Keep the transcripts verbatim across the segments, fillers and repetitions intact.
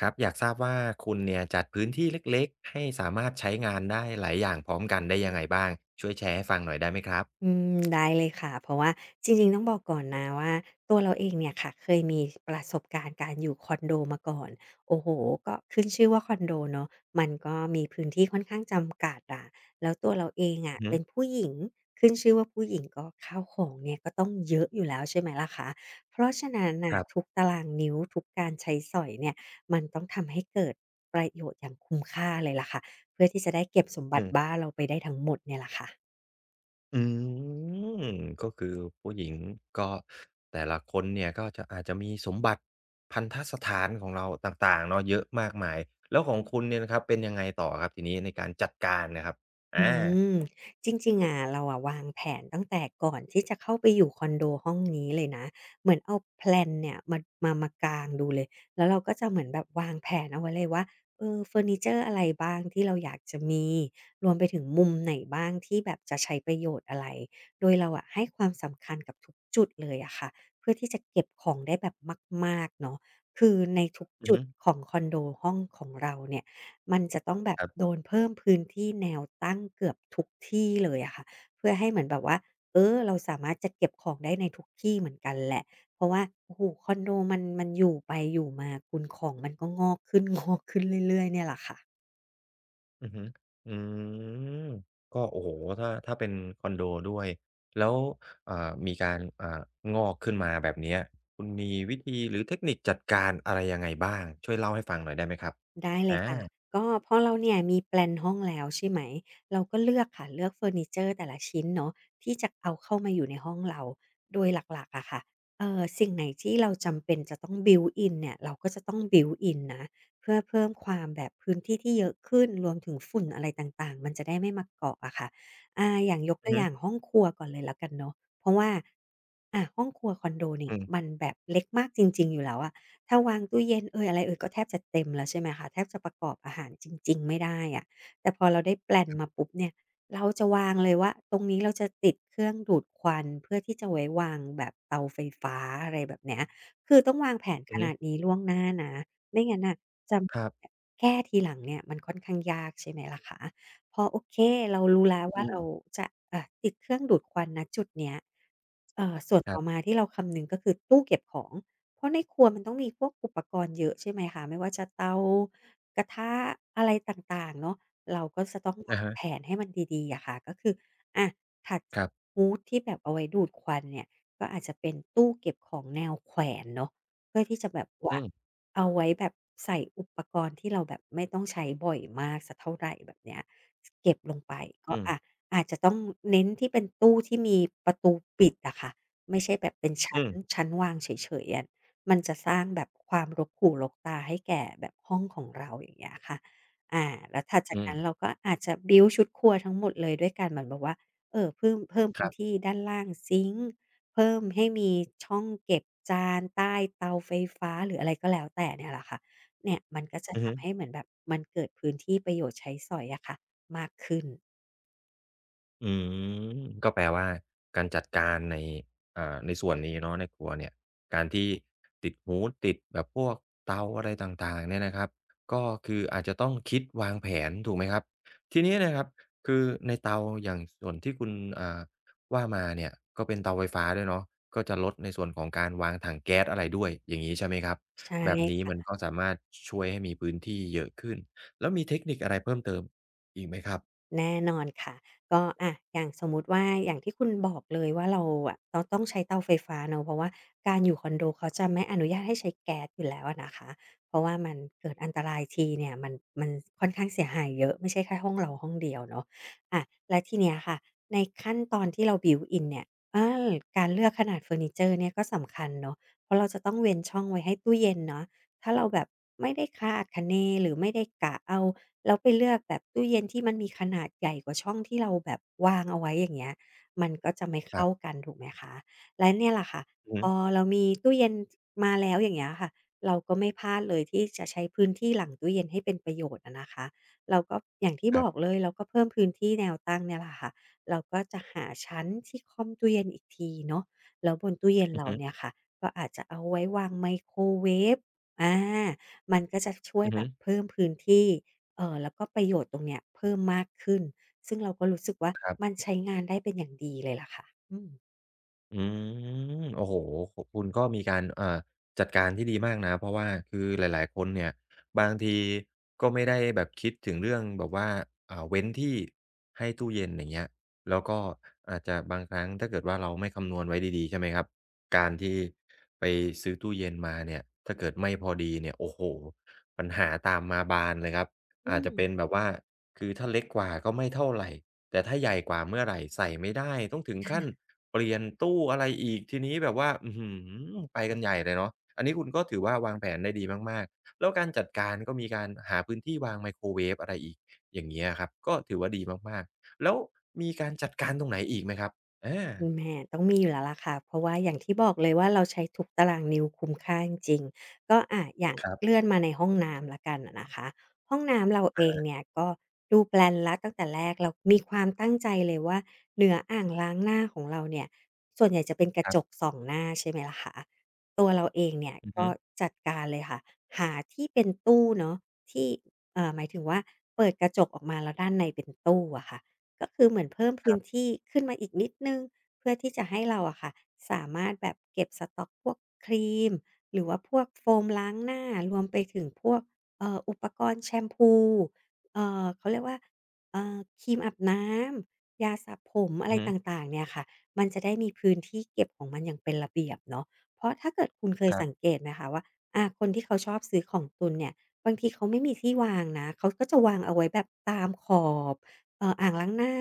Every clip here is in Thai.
ครับอยากทราบว่าคุณเนี่ยจัดพื้นที่เล็กๆให้สามารถใช้งานได้หลายอย่างพร้อมกันได้ยังไงบ้างช่วยแชร์ให้ฟังหน่อยได้ไหมครับอืมได้เลยค่ะเพราะว่าจริงๆต้องบอกก่อนนะว่าตัวเราเองเนี่ยค่ะเคยมีประสบการณ์การอยู่คอนโดมาก่อนโอ้โฮก็ขึ้นชื่อว่าคอนโดเนาะมันก็มีพื้นที่ค่อนข้างจำกัดอะแล้วตัวเราเองอะอือฮึเป็นผู้หญิงขึ้นชื่อว่าผู้หญิงก็ข้าวของเนี่ยก็ต้องเยอะอยู่แล้วใช่ไหมล่ะคะเพราะฉะนั้นคน่ะรัทุกบตารางนิ้วทุกการใช้สอยเนี่ยมันต้องทำให้เกิดประโยชน์อย่างคุ้มค่าเลยล่ะค่ะเพื่อที่จะได้เก็บสมบัอืติมบ้านเราไปได้ทั้งหมดเนี่ยล่ะค่ะ อืมก็คือผู้หญิงก็แต่ละคนเนี่ยก็จะอาจจะมีสมบัติพันธสถานของเราต่างๆเนาะเยอะมากมายแล้วของคุณเนี่ยนะครับเป็นยังไงต่อครับทีนี้ในการจัดการน่ะครับอือามจริงๆอะเราอะวางแผนตั้งแต่ก่อนที่จะเข้าไปอยู่คอนโดห้องนี้เลยนะเหมือนเอาแพลนเนี่ยมามามากางดูเลยแล้วเราก็จะเหมือนแบบวางแผนเอาไว้เลยว่าเออเฟอร์นิเจอร์อะไรบ้างที่เราอยากจะมีรวมไปถึงมุมไหนบ้างที่แบบจะใช้ประโยชน์อะไรโดยเราอะให้ความสำคัญกับทุกจุดเลยอะค่ะเพื่อที่จะเก็บของได้แบบมากๆเนาะคือในทุกอือจุฮึดของคอนโดห้องของเราเนี่ย มันจะต้องแบบครัโดบ นเพิ่มพื้นที่แนวตั้งเกือบทุกที่เลยอะค่ะเพื่อให้เหมือนแบบว่าเออเราสามารถจะเก็บของได้ในทุกที่เหมือนกันแหละเพราะว่าโอ้โฮคอนโดมันมันอยู่ไปอยู่มาคุณของมันก็งอกขึ้น งอกขึ้นเรื่อยๆเนี่ยแหละค่ะ อือฮึอืมก็โอ้โฮถ้าถ้าเป็นคอนโดด้วยแล้วอ่ามีการอ่างอกขึ้นมาแบบเนี้ยคุณมีวิธีหรือเทคนิคจัดการอะไรยังไงบ้างช่วยเล่าให้ฟังหน่อยได้ไหมครับได้เลอายค่ะก็พอเราเนี่ยมีแปลนห้องแล้วใช่ไหมเราก็เลือกค่ะเลือกเฟอร์นิเจอร์แต่ละชิ้นเนาะที่จะเอาเข้ามาอยู่ในห้องเราโดยหลักๆอะค่ะเออสิ่งไหนที่เราจำเป็นจะต้อง built in เนี่ยเราก็จะต้องบิ i อิ i นะเพื่อเพิ่มความแบบพื้นที่ที่เยอะขึ้นรวมถึงฝุ่นอะไรต่างๆมันจะได้ไม่มาเกาะอะค่ะอ่าอย่างยกอืตัอวฮึอย่างห้องครัวก่อนเลยแล้วกันเนาะเพราะว่าอะห้องครัวคอนโดเนี่อืยมันมแบบเล็กมากจริงๆอยู่แล้วอะ ถ้าวางตู้เย็นเอยอะไรเอยก็แทบจะเต็มแล้วใช่ไหมคะแทบจะประกอบอาหารจริงๆไม่ได้อะแต่พอเราได้แพลนมาปุ๊บเนี่ยเราจะวางเลยว่าตรงนี้เราจะติดเครื่องดูดควันเพื่อที่จะไว้วางแบบเตาไฟฟ้าอะไรแบบเนี้ยคือต้องวางแผนอืขอฮึนาดนี้ล่วงหน้านะไม่งั้นน่ะจะครับแก้ทีหลังเนี่ยมันค่อนข้างยากใช่ไหมล่ะคะพอโอเคเรารู้แล้วอืว่าเรามจะอ่าติดเครื่องดูดควันณจุดเนี้ย เอ่อส่วนคต่รัอมาบที่เราคำนึงก็คือตู้เก็บของ เพราะในครัวมันต้องมีพวกอุปกรณ์เยอะใช่ไหมคะไม่ว่าจะเตากระทะอะไรต่างๆเนาะเราก็จะต้องอะวางฮะแผนให้มันดีๆอะค่ะก็คืออะถัดจาคกรับฮูดที่แบบเอาไว้ดูดควันเนี่ยก็อาจจะเป็นตู้เก็บของแนวแขวนเนาะเพื่อที่จะแบบอืว่ามเอาไว้แบบใส่อุปกรณ์ที่เราแบบไม่ต้องใช้บ่อยมากสักเท่าไหรแบบเนี้ยเก็บลงไปก็อือะ มอาจจะต้องเน้นที่เป็นตู้ที่มีประตูปิดอะค่ะไม่ใช่แบบเป็นชั้อืนมชั้นวางเฉยๆอะมันจะสร้างแบบความรกหูรกตาให้แก่แบบห้องของเราอย่างเงี้ยค่ะอาแล้วถัดจากอืนั้นมเราก็อาจจะบิลด์ชุดครัวทั้งหมดเลยด้วยการเหมือนแบบว่าเอ่อเพิ่มเพิ่มคพื้รันบที่ด้านล่างซิงก์เพิ่มให้มีช่องเก็บจานใต้เตาไฟฟ้าหรืออะไรก็แล้วแต่เนี่ยแหละค่ะเนี่ยมันก็จะอือฮึ ทำให้เหมือนแบบมันเกิดพื้นที่ประโยชน์ใช้สอยอะค่ะมากขึ้นอืมก็แปลว่าการจัดการในอ่าในส่วนนี้เนาะในครัวเนี่ยการที่ติดหูดติดแบบพวกเตาอะไรต่างๆเนี่ยนะครับก็คืออาจจะต้องคิดวางแผนถูกไหมครับทีนี้นะครับคือในเตาอย่างส่วนที่คุณอ่าว่ามาเนี่ยก็เป็นเตาไฟฟ้าด้วยเนาะก็จะลดในส่วนของการวางถังแก๊สอะไรด้วยอย่างงี้ใช่ไหมครับใช่แบบนี้มัค่ะ นก็สามารถช่วยให้มีพื้นที่เยอะขึ้นแล้วมีเทคนิคอะไรเพิ่มเติมอีกไหมครับแน่นอนค่ะก็อะอย่างสมมุติว่าอย่างที่คุณบอกเลยว่าเราอะต้องต้องใช้เตาไฟฟ้าเนาะเพราะว่าการอยู่คอนโดเขาจะไม่อนุญาตให้ใช้แก๊สอยู่แล้วอะนะคะเพราะว่ามันเกิดอันตรายทีเนี่ยมันมันค่อนข้างเสียหายเยอะไม่ใช่แค่ห้องเราห้องเดียวเนาะอะและทีเนี้ยค่ะในขั้นตอนที่เรา b ิวอ t น n เนี่ยอาการเลือกขนาดเฟอร์นิเจอร์เนี่ยก็สำคัญเนาะเพราะเราจะต้องเว้นช่องไว้ให้ตู้เย็นเนาะถ้าเราแบบไม่ได้คาดคะเนหรือไม่ได้กะเอา แล้วไปเลือกแบบตู้เย็นที่มันมีขนาดใหญ่กว่าช่องที่เราแบบวางเอาไว้อย่างเงี้ยมันก็จะไม่ครัเข้าบกันถูกไหมคะและเนี่ยแหละค่ะอือพฮึอเรามีตู้เย็นมาแล้วอย่างเงี้ยค่ะเราก็ไม่พลาดเลยที่จะใช้พื้นที่หลังตู้เย็นให้เป็นประโยชน์อะนะคะเราก็อย่างที่คบรัอกบเลยเราก็เพิ่มพื้นที่แนวตั้งเนี่ยแหละค่ะเราก็จะหาชั้นที่ค่อมตู้เย็นอีกทีเนาะแล้วบนตู้เย็นอือเราฮึ เนี่ยค่ะก็อาจจะเอาไว้วางไมโครเวฟอามันก็จะช่วยอือแบฮึบเพิ่มพื้นที่ เอ่อแล้วก็ประโยชน์ตรงเนี้ยเพิ่มมากขึ้นซึ่งเราก็รู้สึกว่าครัมันบใช้งานได้เป็นอย่างดีเลยล่ะค่ะอืมอืมโอ้โฮขคุณก็มีการเอ่อจัดการที่ดีมากนะเพราะว่าคือหลายๆคนเนี่ยบางทีก็ไม่ได้แบบคิดถึงเรื่องแบบว่าอ่าเว้นที่ให้ตู้เย็นอย่างเงี้ยแล้วก็อาจจะบางครั้งถ้าเกิดว่าเราไม่คำนวณไว้ดีๆใช่ไหมครับการที่ไปซื้อตู้เย็นมาเนี่ยถ้าเกิดไม่พอดีเนี่ยโอ้โฮปัญหาตามมาบานเลยครับอือาจจะเป็นม แบบว่าคือถ้าเล็กกว่าก็ไม่เท่าไร แต่ถ้าใหญ่กว่าเมื่อไหรใส่ไม่ได้ต้องถึงขั้นเปลี่ยนตู้อะไรอีกทีนี้แบบว่าอื้อฮือไปกันใหญ่เลยเนาะอันนี้คุณก็ถือว่าวางแผนได้ดีมากๆแล้วการจัดการก็มีการหาพื้นที่วางไมโครเวฟอะไรอีกอย่างเงี้ยครับก็ถือว่าดีมากๆแล้วมีการจัดการตรงไหนอีกไหมครับอาแหมต้องมีอยู่แล้วล่ะค่ะเพราะว่าอย่างที่บอกเลยว่าเราใช้ทุกตารางนิ้วคุ้มค่าจริงๆก็อะอย่างครัเลื่บอนมาในห้องน้ำละกันอะนะคะห้องน้ำเราเออะงฮะเนี่ยก็ดูแปลนแล้วตั้งแต่แรกเรามีความตั้งใจเลยว่าเหนืออ่างล้างหน้าของเราเนี่ยส่วนใหญ่จะเป็นกระครัจบกส่องหน้าใช่ไหมล่ะคะตัวเราเองเนี่ยอือก็ฮึจัดการเลยค่ะหาที่เป็นตู้เนาะที่เอ่อหมายถึงว่าเปิดกระจกออกมาแล้วด้านในเป็นตู้อะค่ะก็คือเหมือนเพิ่มคพื้รันบที่ขึ้นมาอีกนิดนึง เพื่อที่จะให้เราอะค่ะสามารถแบบเก็บสต็อกพวกครีมหรือว่าพวกโฟมล้างหน้ารวมไปถึงพวกเอ่ออุปกรณ์แชมพูเอ่อเขาเรียกว่าเอ่อครีมอาบน้ำยาสระผมอะอืไรอฮึต่างๆเนี่ยค่ะมันจะได้มีพื้นที่เก็บของมันอย่างเป็นระเบียบเนาะเพราะถ้าเกิดคุณเคยครัสังเกบตไหมคะว่าอาคนที่เขาชอบซื้อของตุนเนี่ยบางทีเขาไม่มีที่วางนะเขาก็จะวางเอาไว้แบบตามขอบเอ่ออ่างล้างหน้า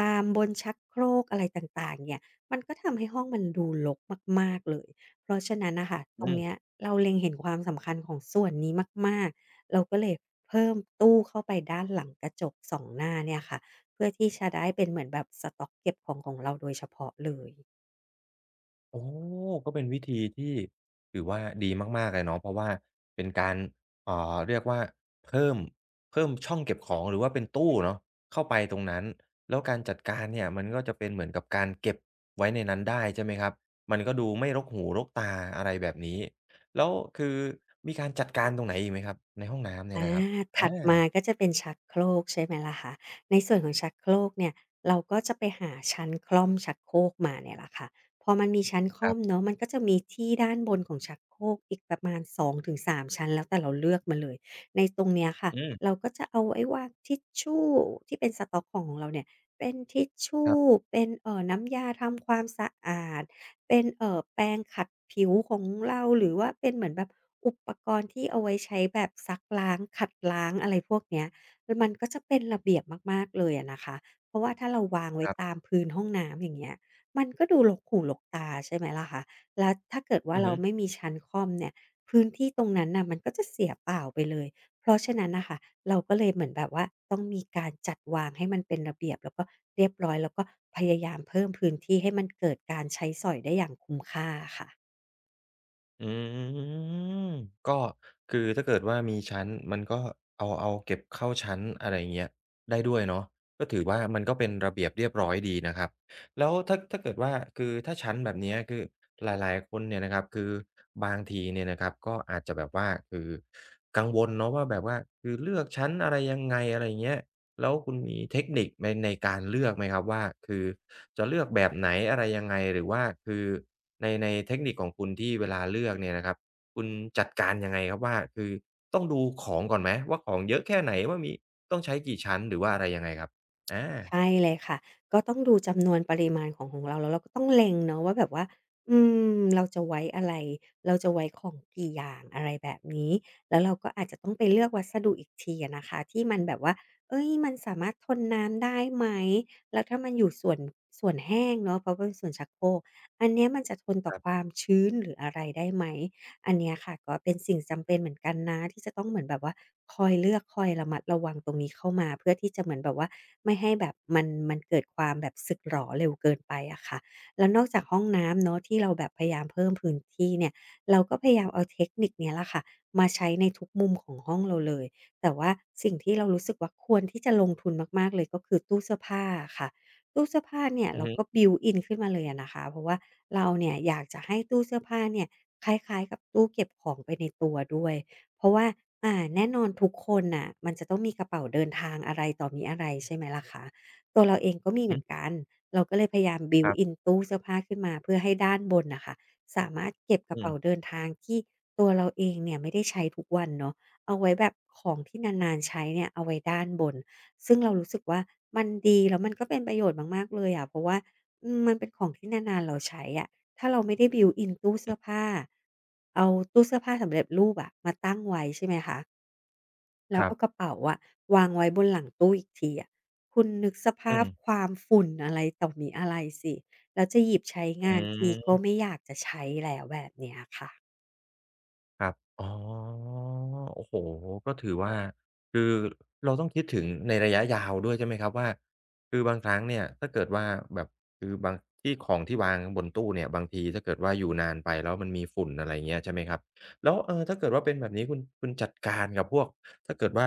ตามบนชักโครกอะไรต่างๆ เนี่ย มันก็ทำให้ห้องมันดูรกมากๆ เลย เพราะฉะนั้นน่ะค่ะตอืรงเนี้ยม เราเล็งเห็นความสำคัญของส่วนนี้มากๆ เราก็เลยเพิ่มตู้เข้าไปด้านหลังกระจกสองหน้าเนี่ยค่ะ เพื่อที่จะได้เป็นเหมือนแบบสต๊อกเก็บของของเราโดยเฉพาะเลย โอ้ก็เป็นวิธีที่ถือว่าดีมากๆเลยเนาะเพราะว่าเป็นการอ่าเรียกว่าเพิ่มเพิ่มช่องเก็บของหรือว่าเป็นตู้เนาะเข้าไปตรงนั้นแล้วการจัดการเนี่ยมันก็จะเป็นเหมือนกับการเก็บไว้ในนั้นได้ใช่ไหมครับมันก็ดูไม่รกหูรกตาอะไรแบบนี้แล้วคือมีการจัดการตรงไหนอีกไหมครับในห้องน้ำเนี่ยอานะครับอถัดมาาก็จะเป็นชักโครกใช่ไหมล่ะคะในส่วนของชักโครกเนี่ยเราก็จะไปหาชั้นคล่อมชักโครกมาเนี่ยแหละค่ะพอมันมีชั้นคคล่อรัมบเนาะมันก็จะมีที่ด้านบนของชักโครกอีกประมาณสองถึงสามชั้นแล้วแต่เราเลือกมาเลยในตรงเนี้ยค่ะอืมเราก็จะเอาไว้วางทิชชูที่เป็นสต๊อกของเราเนี่ยเป็นทิชชูครเป็นเอ่อน้ำยาทำความสะอาด เป็นเอ่อแปรงขัดผิวของเราหรือว่าเป็นเหมือนแบบอุปกรณ์ที่เอาไว้ใช้แบบซักล้างขัดล้างอะไรพวกเนี้ยแล้วมันก็จะเป็นระเบียบมากๆเลยอะนะคะเพราะว่าถ้าเราวางไว้ับตาๆมพื้นห้องน้ำอย่างเงี้ยมันก็ดูรกหูรกตาใช่ไหมล่ะคะแล้วถ้าเกิดว่าอือเราฮึ ไม่มีชั้นค่อมเนี่ยพื้นที่ตรงนั้นน่ะมันก็จะเสียเปล่าไปเลย เพราะฉะนั้นนะคะเราก็เลยเหมือนแบบว่าต้องมีการจัดวางให้มันเป็นระเบียบแล้วก็เรียบร้อยแล้วก็พยายามเพิ่มพื้นที่ให้มันเกิดการใช้สอยได้อย่างคุ้มค่าค่ะ อืมก็คือถ้าเกิดว่ามีชั้นมันก็เอาเอาเก็บเข้าชั้นอะไรอย่างเงี้ยได้ด้วยเนาะก็ถือว่ามันก็เป็นระเบียบเรียบร้อยดีนะครับแล้วถ้าถ้าเกิดว่าคือถ้าชั้นแบบเนี้ยคือหลายๆคนเนี่ยนะครับคือบางทีเนี่ยนะครับก็อาจจะแบบว่าคือกังวลเนาะว่าแบบว่าคือเลือกชั้นอะไรยังไงอะไรอย่างเงี้ย แล้วคุณมีเทคนิคในในการเลือกไหมครับว่าคือจะเลือกแบบไหนอะไรยังไงหรือว่าคือในในเทคนิคของคุณที่เวลาเลือกเนี่ยนะครับคุณจัดการยังไงครับว่าคือต้องดูของก่อนไหมว่าของเยอะแค่ไหนว่ามีต้องใช้กี่ชั้นหรือว่าอะไรยังไงครับอาใช่เลยค่ะ ก็ต้องดูจำนวนปริมาณของของเราแล้วเราก็ต้องเล็งเนาะว่าแบบว่าอืมเราจะไว้อะไรเราจะไว้ของกี่อย่างอะไรแบบนี้แล้วเราก็อาจจะต้องไปเลือกวัสดุอีกทีอะนะคะที่มันแบบว่าเอ้ยมันสามารถทนน้ำได้ไหม แล้วถ้ามันอยู่ส่วนส่วนแห้งเนาะเพราะเป็นส่วนชักโครกอันเนี้ยมันจะทนต่คอรัควาบมชื้นหรืออะไรได้ไหม อันเนี้ยค่ะก็เป็นสิ่งจำเป็นเหมือนกันนะที่จะต้องเหมือนแบบว่าคอยเลือกคอยระมัดระวังตรงนี้เข้ามาเพื่อที่จะเหมือนแบบว่าไม่ให้แบบมันมันเกิดความแบบสึกหรอเร็วเกินไปอะค่ะแล้วนอกจากห้องน้ำเนาะที่เราแบบพยายามเพิ่มพื้นที่เนี่ยเราก็พยายามเอาเทคนิคเนี้ยแหละค่ะมาใช้ในทุกมุมของห้องเราเลยแต่ว่าสิ่งที่เรารู้สึกว่าควรที่จะลงทุนมากๆเลยก็คือตู้เสื้อผ้าอะค่ะ ตู้เสื้อผ้าเนี่ยอือเราฮึก็บิวอินขึ้นมาเลยอะนะคะเพราะว่าเราเนี่ยอยากจะให้ตู้เสื้อผ้าเนี่ยคล้ายๆกับตู้เก็บของไปในตัวด้วยเพราะว่าอ่าแน่นอนทุกคนน่ะมันจะต้องมีกระเป๋าเดินทางอะไรต่อมีอะไรใช่ไหมล่ะคะตัวเราเองก็มีเหมืๆอนกันเราก็เลยพยายามบิครัล์อิบนตู้เสื้อผ้าขึ้นมาเพื่อให้ด้านบนน่ะค่ะสามารถเก็บกระอืมเป๋าเดินทางที่ตัวเราเองเนี่ยไม่ได้ใช้ทุกวันเนาะเอาไว้แบบของที่นานๆใช้เนี่ยเอาไว้ด้านบน ซึ่งเรารู้สึกว่ามันดีแล้วมันก็เป็นประโยชน์มากๆเลยอะเพราะว่าอืมมันเป็นของที่นานๆเราใช้อะถ้าเราไม่ได้ built in ตู้เสื้อือมผ้าเอาตู้เสื้อผ้าสำเร็จรูปอะมาตั้งไว้ใช่ไหมคะแล้ควรัเอากบระเป๋าอะวางไว้บนหลังตู้อีกทีอะคุณนึกสอืภาพคมวามฝุ่นอะไรต่อมิอะไรสิแล้วจะหยิบใช้องานทีก็ืม ไม่อยากจะใช้แล้วแบบเนี้ยค่ะครับอ๋อโอ้โฮก็ถือว่าคือเราต้องคิดถึงในระยะยาวด้วยใช่ไหมครับว่าคือบางครั้งเนี่ยถ้าเกิดว่าแบบคือบางที่ของที่วางบนตู้เนี่ยบางทีถ้าเกิดว่าอยู่นานไปแล้วมันมีฝุ่นอะไรเงี้ยใช่ไหมครับแล้วเออถ้าเกิดว่าเป็นแบบนี้คุณคุณจัดการกับพวกถ้าเกิดว่า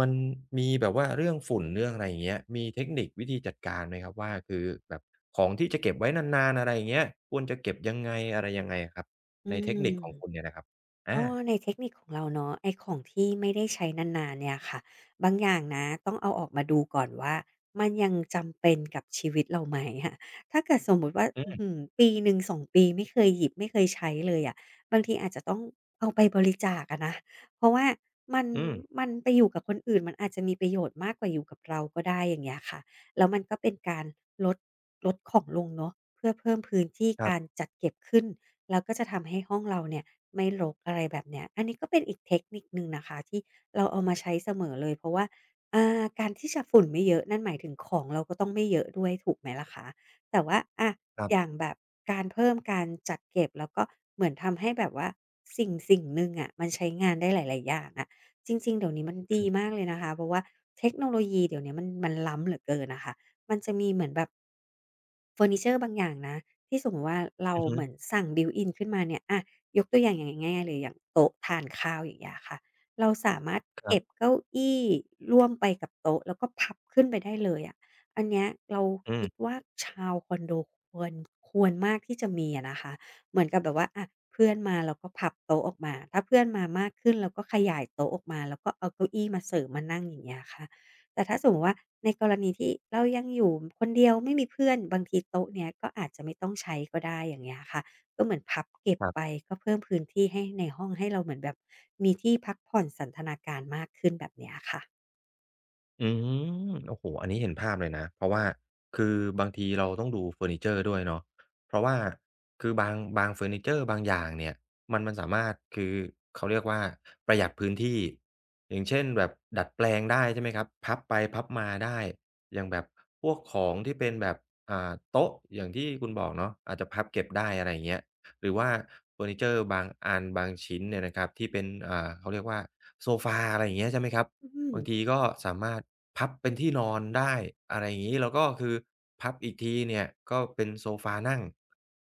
มันมีแบบว่าเรื่องฝุ่นเรื่องอะไรอย่างเงี้ยมีเทคนิควิธีจัดการไหมครับว่าคือแบบของที่จะเก็บไว้นานๆอะไรอย่างเงี้ยควรจะเก็บยังไงอะไรยังไงอะครับอืในเทคนิคของคุณม เนี่ยนะครับ อาก็ในเทคนิคของเราเนาะไอของที่ไม่ได้ใช้นานๆเนี่ยค่ะบางอย่างนะต้องเอาออกมาดูก่อนว่ามันยังจำเป็นกับชีวิตเราไหมอะถ้าเกิดสมมุติว่าอือื้อหืมอปีหนึ่งสองปีไม่เคยหยิบไม่เคยใช้เลยอะบางทีอาจจะต้องเอาไปบริจาคอะนะเพราะว่ามันอืมมันไปอยู่กับคนอื่นมันอาจจะมีประโยชน์มากกว่าอยู่กับเราก็ได้อย่างเงี้ยค่ะแล้วมันก็เป็นการลดลดของลงเนาะเพื่อเพิ่มพื้นที่ครัการบ จัดเก็บขึ้นแล้วก็จะทำให้ห้องเราเนี่ย ไม่รกอะไรแบบเนี้ย อันนี้ก็เป็นอีกเทคนิคหนึ่งนะคะที่เราเอามาใช้เสมอเลยเพราะว่าอ่าการที่จะฝุ่นไม่เยอะนั่นหมายถึงของเราก็ต้องไม่เยอะด้วยถูกไหมล่ะคะแต่ว่าอะครัอย่างบ แบบการเพิ่มการจัดเก็บแล้วก็เหมือนทำให้แบบว่าสิ่งสิ่งหนึ่งอะมันใช้งานได้หลายๆอย่างอะจริงๆเดี๋ยวนี้มันดีอืมมากเลยนะคะเพราะว่าเทคโนโลยีเดี๋ยวนี้มันมันล้ำเหลือเกินอะค่ะมันจะมีเหมือนแบบเฟอร์นิเชอร์บางอย่างนะที่สมมุติว่าเราอือฮึเหมือนสั่ง built in ขึ้นมาเนี่ยอะ ยกตัวอย่างอย่างง่ายๆเลยอย่างโต๊ะทานข้าวอย่างเงี้ยค่ะเราสามารถครัเก็บบเก้าอี้ร่วมไปกับโต๊ะแล้วก็พับขึ้นไปได้เลยอะอันเนี้ยเราอืคิดมว่าชาวคอนโดควรควรมากที่จะมีอะนะคะเหมือนกับแบบว่าอะเพื่อนมาเราก็พับโต๊ะออกมาถ้าเพื่อนมามากขึ้นเราก็ขยายโต๊ะออกมาแล้วก็เอาเก้าอี้มาเสริมมานั่งอย่างเงี้ยค่ะแต่ถ้าสมมติว่าในกรณีที่เรายังอยู่คนเดียวไม่มีเพื่อนบางทีโต๊ะเนี้ยก็อาจจะไม่ต้องใช้ก็ได้อย่างเงี้ยค่ะ ก็เหมือนพับเก็บครัไปบ ก็เพิ่มพื้นที่ให้ในห้องให้เราเหมือนแบบมีที่พักผ่อนสันทนาการมากขึ้นแบบเนี้ยค่ะอืมโอ้โฮอันนี้เห็นภาพเลยนะเพราะว่าคือบางทีเราต้องดูเฟอร์นิเจอร์ด้วยเนาะเพราะว่าคือบางบางเฟอร์นิเจอร์บางอย่างเนี่ยมันมันสามารถคือเขาเรียกว่าประหยัดพื้นที่อย่างเช่นแบบดัดแปลงได้ใช่ไหมครับพับไปพับมาได้อย่างแบบพวกของที่เป็นแบบอ่าโต๊ะอย่างที่คุณบอกเนาะอาจจะพับเก็บได้อะไรอย่างเงี้ยหรือว่าเฟอร์นิเจอร์บางอันบางชิ้นเนี่ยนะครับที่เป็นอ่าเขาเรียกว่าโซฟาอะไรอย่างเงี้ยใช่ไหมครับ อืม บางทีก็สามารถพับเป็นที่นอนได้อะไรอย่างงี้แล้วก็คือพับอีกทีเนี่ยก็เป็นโซฟานั่ง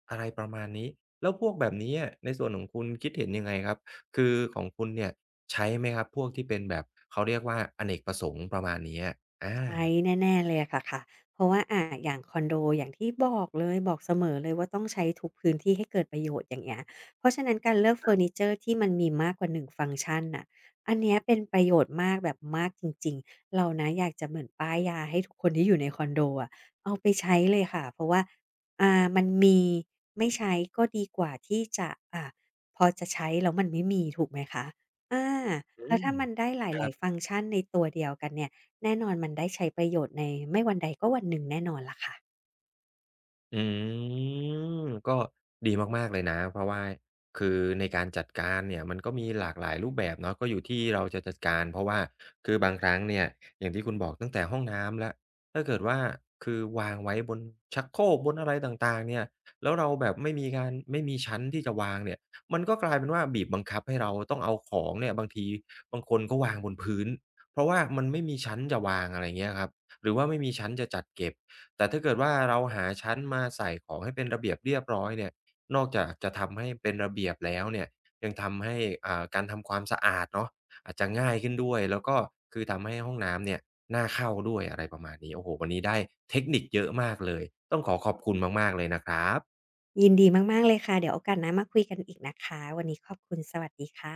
อะไรประมาณนี้แล้วพวกแบบนี้อะในส่วนของคุณคิดเห็นยังไงครับคือของคุณเนี่ยใช้ไหมครับพวกที่เป็นแบบเขาเรียกว่าอเนกประสงค์ประมาณเนี้ยอาใช้แน่ๆเลยอะค่ะค่ะเพราะว่าอ่าอย่างคอนโดอย่างที่บอกเลยบอกเสมอเลยว่าต้องใช้ทุกพื้นที่ให้เกิดประโยชน์อย่างเงี้ยเพราะฉะนั้นการเลือกเฟอร์นิเชอร์ที่มันมีมากกว่าหนึ่งฟังก์ชันน่ะอันเนี้ยเป็นประโยชน์มากแบบมากจริงๆเรานะอยากจะเหมือนป้ายยาให้ทุกคนที่อยู่ในคอนโดอะเอาไปใช้เลยค่ะเพราะว่าอ่ามันมีไม่ใช้ก็ดีกว่าที่จะอ่าพอจะใช้แล้วมันไม่มีถูกไหมคะอาอืแล้วถ้ามมันได้หลครัายๆบ ฟังก์ชันในตัวเดียวกันเนี่ย แน่นอนมันได้ใช้ประโยชน์ในไม่วันใดก็วันหนึ่งแน่นอนล่ะค่ะอืมก็ดีมากๆเลยนะเพราะว่าคือในการจัดการเนี่ยมันก็มีหลากหลายรูปแบบเนาะก็อยู่ที่เราจะจัดการเพราะว่าคือบางครั้งเนี่ยอย่างที่คุณบอกตั้งแต่ห้องน้ำแล้วถ้าเกิดว่าคือวางไว้บนชักโครกบนอะไรต่างๆเนี่ยแล้วเราแบบไม่มีการไม่มีชั้นที่จะวางเนี่ยมันก็กลายเป็นว่าบีบบังคับให้เราต้องเอาของเนี่ยบางทีบางคนก็วางบนพื้นเพราะว่ามันไม่มีชั้นจะวางอะไรเงี้ยครับหรือว่าไม่มีชั้นจะจัดเก็บ แต่ถ้าเกิดว่าเราหาชั้นมาใส่ของให้เป็นระเบียบเรียบร้อยเนี่ยนอกจากจะทำให้เป็นระเบียบแล้วเนี่ยยังทำให้อ่าการทำความสะอาดเนาะอาจจะง่ายขึ้นด้วยแล้วก็คือทำให้ห้องน้ำเนี่ยน่าเข้าด้วยอะไรประมาณนี้โอ้โฮวันนี้ได้เทคนิคเยอะมากเลยต้องขอขอบคุณมากๆเลยนะครับยินดีมากๆเลยค่ะเดี๋ยวโอกาสหน้ามาคุยกันอีกนะคะวันนี้ขอบคุณสวัสดีค่ะ